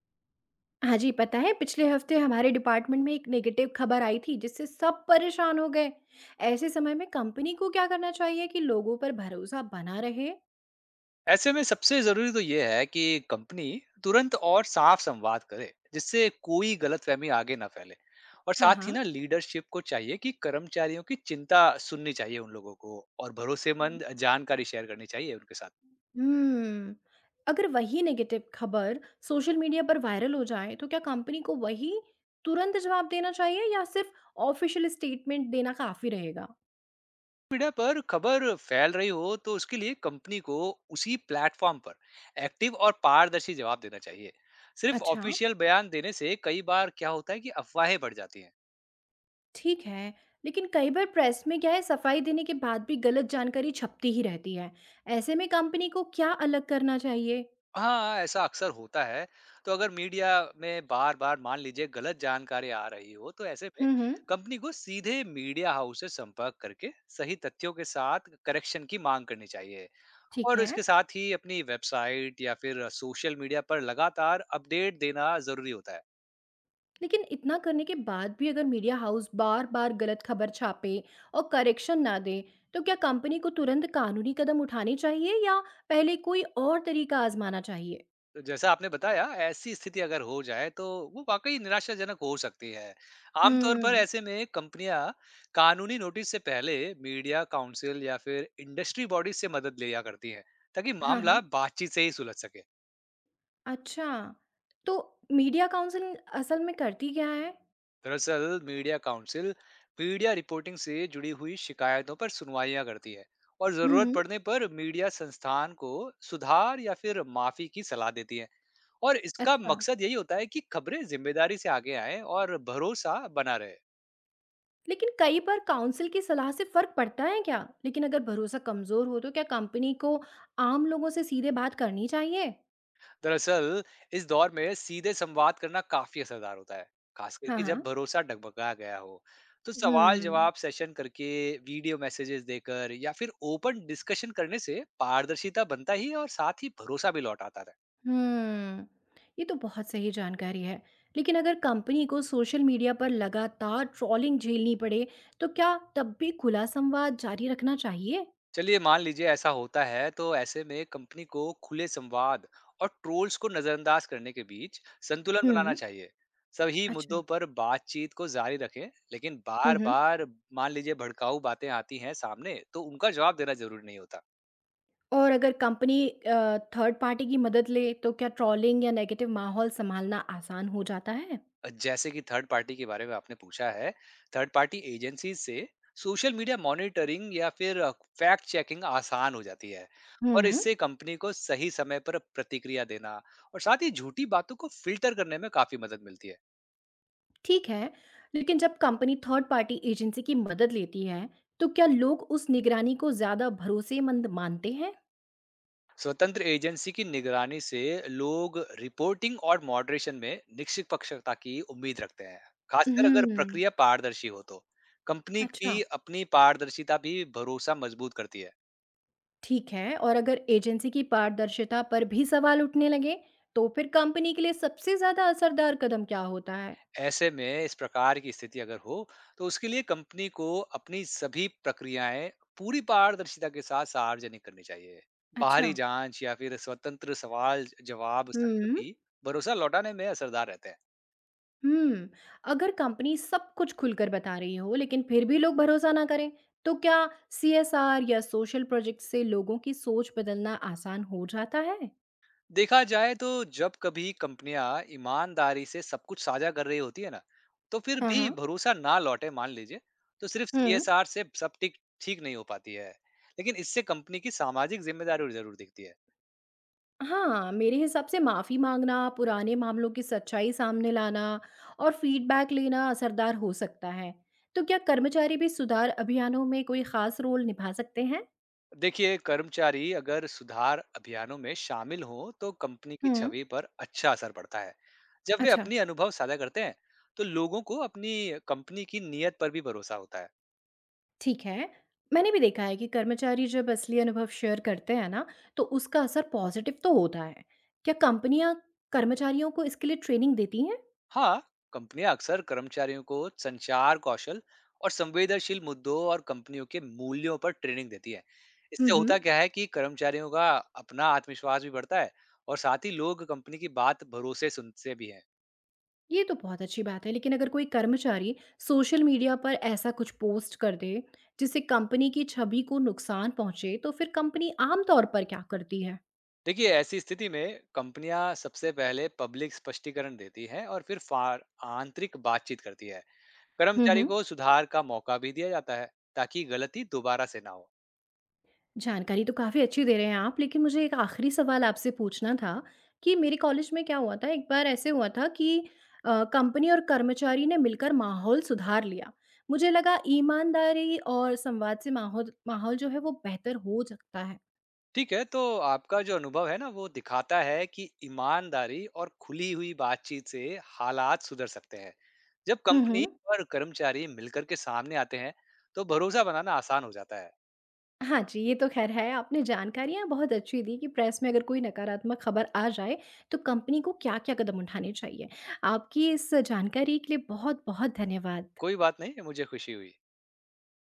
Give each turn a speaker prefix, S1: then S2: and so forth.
S1: हाँ जी, पता है पिछले हफ्ते हमारे डिपार्टमेंट में एक नेगेटिव खबर आई थी जिससे सब परेशान हो गए। ऐसे समय में कंपनी को क्या करना चाहिए कि लोगों पर भरोसा बना रहे?
S2: ऐसे में सबसे जरूरी तो यह है कि कंपनी तुरंत और साफ संवाद करे जिससे कोई गलतफहमी आगे ना फैले। और
S1: हाँ,
S2: साथ ही
S1: हाँ।
S2: ना लीडरशिप को चाहिए कि कर्मचारियों की चिंता सुननी चाहिए उन लोगों को और भरोसेमंद जानकारी शेयर करनी चाहिए उनके साथ।
S1: हम्म, अगर वही नेगेटिव खबर सोशल मीडिया पर वायरल हो जाए तो क्या कंपनी को वही तुरंत जवाब देना चाहिए या सिर्फ ऑफिशियल स्टेटमेंट देना काफी रहेगा?
S2: मीडिया पर खबर फैल रही हो तो उसके लिए कंपनी को उसी प्लेटफॉर्म पर एक्टिव और पारदर्शी जवाब देना चाहिए। सिर्फ
S1: अच्छा।
S2: ऑफिशियल बयान देने से कई बार क्या होता है कि अफवाहें बढ़ जाती हैं।
S1: ठीक है, लेकिन कई बार प्रेस में क्या है सफाई देने के बाद भी गलत जानकारी छपती ही रहती है। ऐसे में कंपनी को क्या अलग करना चाहिए?
S2: हाँ, ऐसा अक्सर होता है। तो अगर मीडिया में बार-बार मान लीजिए गलत जानकारी आ रही हो, तो ऐसे में
S1: हुँ, हुँ,
S2: कंपनी को सीधे मीडिया हाउस से संपर्क करके सही तथ्यों के साथ करेक्शन की माँग करनी चाहिए।
S1: ठीक
S2: और
S1: है।
S2: इसके साथ ही अपनी वेबसाइट या फिर सोशल मीडिया पर लगातार अपडेट देना ज़रूरी होता है।
S1: लेकिन इतना करने के बाद भी अगर मीडिया हाउस बार-बार गलत खबर छापे और करेक्शन ना दे, तो क्या कंपनी को तुरंत कानूनी कदम उठाने चाहिए या पहले कोई और तरीका आज़माना चाहिए?
S2: जैसा आपने बताया, ऐसी स्थिति अगर हो जाए तो वो वाक़ई निराशाजनक हो सकती है। आमतौर पर
S1: हुँ,
S2: ऐसे में कंपनियाँ कानूनी नोटिस से पहले मीडिया काउंसिल या फिर इंडस्ट्री बॉडीज़ से मदद लिया करती हैं, ताकि
S1: हाँ, हाँ।
S2: मामला बातचीत से ही सुलझ सके।
S1: अच्छा, तो मीडिया काउंसिल असल में करती क्या है?
S2: दरअसल मीडिया काउंसिल मीडिया रिपोर्टिंग से जुड़ी हुई शिकायतों पर सुनवाइयाँ करती है और
S1: हुँ,
S2: ज़रूरत
S1: हुँ,
S2: पड़ने पर मीडिया संस्थान को सुधार या फिर माफ़ी की सलाह देती है। और इसका
S1: अच्छा।
S2: मकसद यही होता है कि खबरें जिम्मेदारी से आगे आएं और भरोसा बना रहे।
S1: लेकिन कई बार काउंसिल की सलाह से फर्क पड़ता है क्या? लेकिन अगर भरोसा कमजोर हो तो क्या कंपनी को आम लोगों से सीधे बात करनी चाहिए?
S2: दरअसल इस दौर में सीधे संवाद करना काफी असरदार होता है, खास
S1: हाँ,
S2: करके जब
S1: हाँ।
S2: भरोसा डगमगा गया हो। तो सवाल
S1: हम्म,
S2: जवाब सेशन करके, वीडियो मैसेजेस देकर या फिर ओपन डिस्कशन करने से पारदर्शिता बनता ही है और साथ ही भरोसा भी लौट आता है।
S1: हम्म। ये तो बहुत सही जानकारी है। लेकिन अगर कंपनी को सोशल मीडिया पर लगातार ट्रॉलिंग झेलनी पड़े, तो क्या तब भी खुला संवाद जारी रखना चाहिए?
S2: चलिए मान लीजिए ऐसा होता है तो ऐसे में कंपनी को खुले संवाद और ट्रोल्स को नजरअंदाज करने के बीच संतुलन बनाना
S1: हम्म,
S2: चाहिए। सभी मुद्दों
S1: अच्छा।
S2: पर बातचीत को जारी रखें, लेकिन
S1: हुँ,
S2: बार
S1: हुँ।
S2: बार मान लीजिए भड़काऊ बातें आती हैं सामने तो उनका जवाब देना जरूरी नहीं होता।
S1: और अगर कंपनी थर्ड पार्टी की मदद ले, तो क्या ट्रॉलिंग या नेगेटिव माहौल संभालना आसान हो जाता है?
S2: जैसे कि थर्ड पार्टी के बारे में आपने पूछा है, थर्ड पार्टी एजेंसी से सोशल मीडिया मॉनिटरिंग या फिर फैक्ट चेकिंग आसान हो जाती है। और
S1: हुँ।
S2: इससे कंपनी को सही समय पर प्रतिक्रिया देना और साथ ही झूठी बातों को फिल्टर करने में काफी मदद मिलती है।
S1: ठीक है, लेकिन जब कंपनी थर्ड पार्टी एजेंसी की मदद लेती है, तो क्या लोग उस निगरानी को ज़्यादा भरोसेमंद मानते हैं?
S2: स्वतंत्र एजेंसी की निगरानी से लोग रिपोर्टिंग और मॉडरेशन में निष्पक्षता की उम्मीद रखते हैं, खासकर अगर
S1: हम्म,
S2: प्रक्रिया पारदर्शी हो तो। कंपनी
S1: अच्छा,
S2: की अपनी पारदर्शिता भी भरोसा मजबूत करती है।
S1: ठीक है। और अगर एजेंसी की पारदर्शिता पर भी सवाल उठने लगे, तो फिर कंपनी के लिए सबसे ज़्यादा असरदार कदम क्या होता है?
S2: ऐसे में इस प्रकार की स्थिति अगर हो तो उसके लिए कंपनी को अपनी सभी प्रक्रियाएं पूरी पारदर्शिता के साथ सार्वजनिक करनी चाहिए।
S1: अच्छा।
S2: बाहरी जांच या फिर स्वतंत्र सवाल जवाब सत्र
S1: हम्म,
S2: भी भरोसा लौटाने में असरदार रहते हैं।
S1: हम्म। अगर कंपनी सब कुछ खुलकर बता रही हो, लेकिन फिर भी लोग भरोसा ना करें, तो क्या सीएसआर या सोशल प्रोजेक्ट से लोगों की सोच बदलना आसान हो जाता है?
S2: देखा जाए तो जब कभी कंपनियां ईमानदारी से सब कुछ साझा कर रही होती है ना, तो फिर
S1: हाँ,
S2: भी
S1: हाँ।
S2: भरोसा ना लौटे मान लीजिए तो सिर्फ
S1: हुँ।
S2: सीएसआर से सब ठीक ठीक नहीं हो पाती है, लेकिन इससे कंपनी की सामाजिक जिम्मेदारी जरूर दिखती है।
S1: हाँ, मेरे हिसाब से माफ़ी माँगना, पुराने मामलों की सच्चाई सामने लाना और फ़ीडबैक लेना असरदार हो सकता है। तो क्या कर्मचारी भी सुधार अभियानों में कोई ख़ास रोल निभा सकते हैं?
S2: देखिए कर्मचारी अगर सुधार अभियानों में शामिल हों तो कंपनी की
S1: हुँ।
S2: छवि पर अच्छा असर पड़ता है। जब वे
S1: अच्छा।
S2: अपनी अनुभव साझा करते हैं तो लोगों को अपनी कंपनी की नीयत पर भी भरोसा होता है।
S1: ठीक है। मैंने भी देखा है कि कर्मचारी जब असली अनुभव शेयर करते हैं ना, तो उसका असर पॉज़िटिव तो होता है। क्या कंपनियाँ कर्मचारियों को इसके लिए ट्रेनिंग देती हैं?
S2: हाँ, कंपनियां अक्सर कर्मचारियों को संचार कौशल और संवेदनशील मुद्दों और कंपनियों के मूल्यों पर ट्रेनिंग देती है।
S1: हुँ,
S2: इससे
S1: हुँ।
S2: होता क्या है कि कर्मचारियों का अपना आत्मविश्वास भी बढ़ता है और साथ ही लोग कंपनी की बात भरोसे सुनते भी हैं।
S1: ये तो बहुत अच्छी बात है, लेकिन अगर कोई कर्मचारी सोशल मीडिया पर ऐसा कुछ पोस्ट कर दे, जिससे कंपनी की छवि को नुकसान पहुंचे, तो फिर कंपनी आम तौर पर क्या करती है?
S2: देखिए ऐसी स्थिति में कंपनियां सबसे पहले पब्लिक स्पष्टीकरण देती हैं और फिर फार आंतरिक बातचीत करती है।
S1: हम्म,
S2: कर्मचारी
S1: हम्म।
S2: को सुधार का मौका भी दिया जाता है ताकि गलती दोबारा से ना हो।
S1: जानकारी तो काफ़ी अच्छी दे रहे हैं आप, लेकिन मुझे एक आखिरी सवाल आपसे पूछना था कि मेरे कॉलेज में क्या हुआ था? एक बार ऐसे हुआ था कि कंपनी और कर्मचारी ने मिलकर माहौल सुधार लिया। मुझे लगा ईमानदारी और संवाद से माहौल माहौल जो है वो बेहतर हो सकता है।
S2: ठीक है, तो आपका जो अनुभव है ना वो दिखाता है कि ईमानदारी और खुली हुई बातचीत से हालात सुधर सकते हैं। जब
S1: हम्म,
S2: कंपनी और कर्मचारी मिलकर के सामने आते हैं तो भरोसा बनाना आसान हो जाता है।
S1: हाँ जी, ये तो ख़ैर है, आपने जानकारियाँ बहुत अच्छी दी कि प्रेस में अगर कोई नकारात्मक खबर आ जाए, तो कंपनी को क्या-क्या कदम उठाने चाहिए। आपकी इस जानकारी के लिए बहुत-बहुत धन्यवाद।
S2: कोई बात नहीं, मुझे खुशी हुई।